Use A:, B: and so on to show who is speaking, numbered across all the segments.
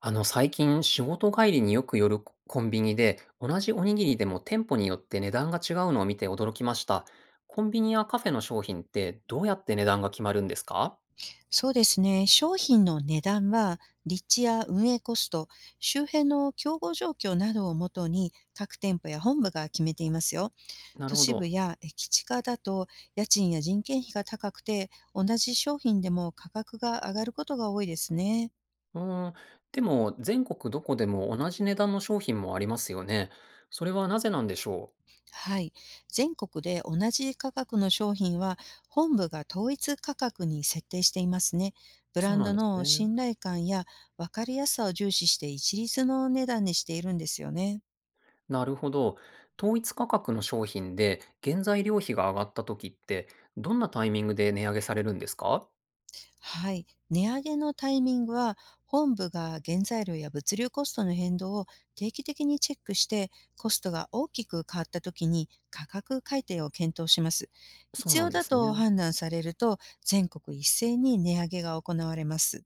A: 最近仕事帰りによく寄るコンビニで、同じおにぎりでも店舗によって値段が違うのを見て驚きました。コンビニやカフェの商品ってどうやって値段が決まるんですか？
B: そうですね。商品の値段は、立地や運営コスト、周辺の競合状況などをもとに、各店舗や本部が決めていますよ。
A: なる
B: 都
A: ほ
B: 市部
A: ど。
B: や駅地下だと、家賃や人件費が高くて、同じ商品でも価格が上がることが多いですね。
A: うーん。でも、全国どこでも同じ値段の商品もありますよね。それはなぜなんでしょう？
B: はい。全国で同じ価格の商品は、本部が統一価格に設定していますね。ブ
A: そ
B: ラ
A: う
B: ン
A: なん
B: ド
A: です
B: の信
A: ね。
B: 頼感や分かりやすさを重視して、一律の値段にしているんですよね。
A: なるほど。統一価格の商品で原材料費が上がった時って、どんなタイミングで値上げされるんですか？
B: はい。値上げのタイミングは、本部が原材料や物流コストの変動を定期的にチェックして、コストが大きく変わった時に価格改定を検討します。
A: そう
B: 必
A: な
B: 要
A: んで
B: だ
A: すね。
B: と判断されると、全国一斉に値上げが行われます。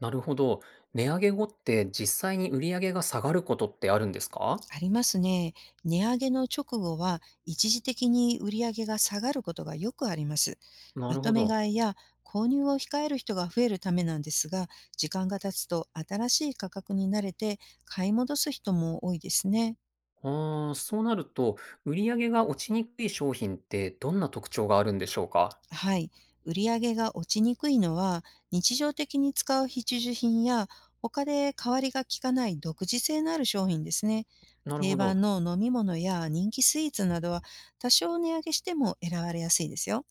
A: なるほど。値上げ後って実際に売り上げが下がることってあるんですか？
B: ありますね。値上げの直後は、一時的に売り上げが下がることがよくあります。
A: な
B: ま
A: るほ
B: とめ
A: ど。
B: 買いや購入を控える人が増えるためなんですが、時間が経つと新しい価格に慣れて買い戻す人も多いですね。
A: ああ、そうなると、売り上げが落ちにくい商品ってどんな特徴があるんでしょうか？
B: はい。売り上げが落ちにくいのは、日常的に使う必需品や、他で代わりが効かない独自性のある商品ですね。
A: なる
B: 定
A: ほど。
B: 番の飲み物や人気スイーツなどは、多少値上げしても選ばれやすいですよ。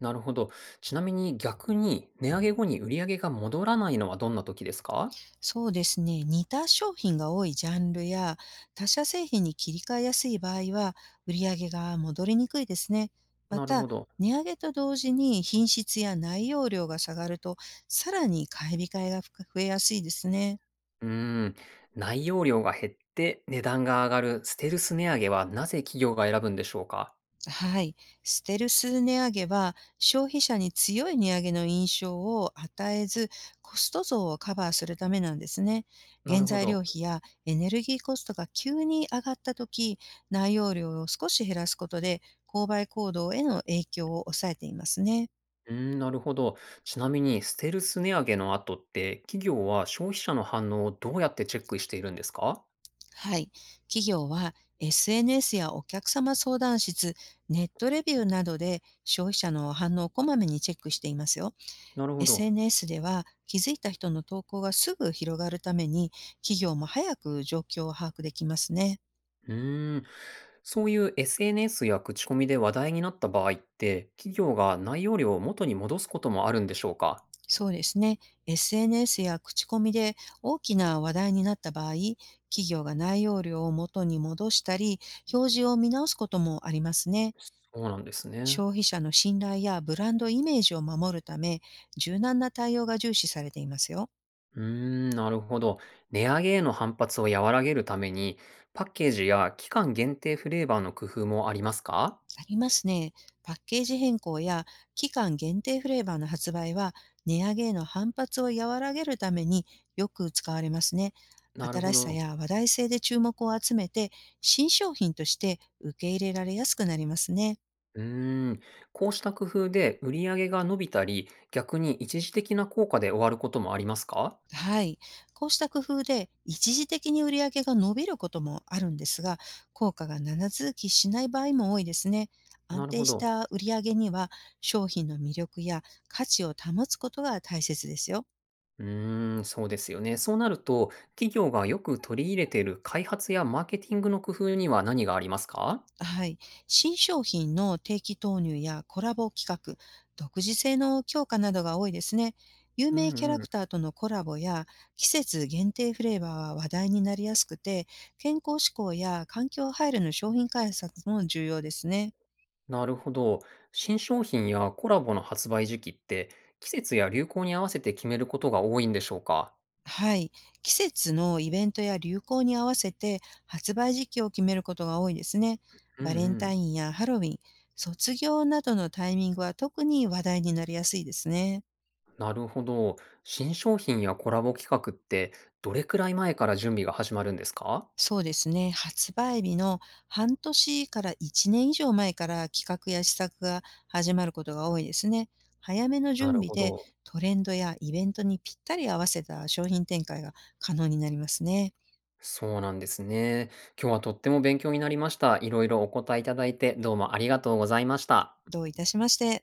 A: なるほど。ちなみに逆に値上げ後に売り上げが戻らないのはどんな時ですか？
B: そうですね。似た商品が多いジャンルや他社製品に切り替えやすい場合は、売り上げが戻りにくいですね。ま
A: なるほ
B: た、
A: ど。
B: 値上げと同時に品質や内容量が下がると、さらに買い控えが増えやすいですね。
A: うーん。内容量が減って値段が上がるステルス値上げはなぜ企業が選ぶんでしょうか？
B: はい。ステルス値上げは、消費者に強い値上げの印象を与えず、コスト増をカバーするためなんですね。
A: な
B: 原
A: るほ
B: 材
A: ど。
B: 料費やエネルギーコストが急に上がった時、内容量を少し減らすことで、購買行動への影響を抑えていますね。
A: うーん、なるほど。ちなみに、ステルス値上げの後って、企業は消費者の反応をどうやってチェックしているんですか？
B: はい。企業は SNS やお客様相談室、ネットレビューなどで消費者の反応をこまめにチェックしていますよ。
A: なるほど。
B: SNS では、気づいた人の投稿がすぐ広がるために、企業も早く状況を把握できますね。
A: うーん。そういう SNS や口コミで話題になった場合って、企業が内容量を元に戻すこともあるんでしょうか？
B: そうですね。SNS や口コミで大きな話題になった場合、企業が内容量を元に戻したり、表示を見直すこともありますね。
A: そうなんですね。
B: 消費者の信頼やブランドイメージを守るため、柔軟な対応が重視されていますよ。
A: うーん、なるほど。値上げへの反発を和らげるために、パッケージや期間限定フレーバーの工夫もありますか？
B: ありますね。パッケージ変更や期間限定フレーバーの発売は、値上げへの反発を和らげるためによく使われますね。
A: なるほ
B: 新しさ
A: ど。
B: や話題性で注目を集めて、新商品として受け入れられやすくなりますね。
A: うーん、こうした工夫で売り上げが伸びたり、逆に一時的な効果で終わることもありますか？
B: はい。こうした工夫で一時的に売り上げが伸びることもあるんですが、効果が長続きしない場合も多いですね。安
A: なるほ
B: 定し
A: ど。
B: た売り上げには、商品の魅力や価値を保つことが大切ですよ。
A: うーん、そうですよね。そうなると、企業がよく取り入れている開発やマーケティングの工夫には何がありますか？
B: はい。新商品の定期投入やコラボ企画、独自性の強化などが多いですね。有
A: う
B: 名キャ
A: ん
B: ラ
A: うん。
B: クターとのコラボや季節限定フレーバーは話題になりやすくて、健康志向や環境配慮の商品開発も重要ですね。
A: なるほど。新商品やコラボの発売時期って、季節や流行に合わせて決めることが多いんでしょうか？
B: はい。季節のイベントや流行に合わせて発売時期を決めることが多いですね。
A: うんう
B: バレン
A: ん。
B: タインやハロウィン、卒業などのタイミングは、特に話題になりやすいですね。
A: なるほど。新商品やコラボ企画って、どれくらい前から準備が始まるんですか？
B: そうですね。発売日の半年から1年以上前から、企画や施策が始まることが多いですね。早めの
A: な
B: 準
A: る
B: 備
A: ほ
B: で、
A: ど。
B: トレンドやイベントにぴったり合わせた商品展開が可能になりますね。
A: そうなんですね。今日はとっても勉強になりました。いろいろお答えいただいて、どうもありがとうございました。
B: どういたしまして。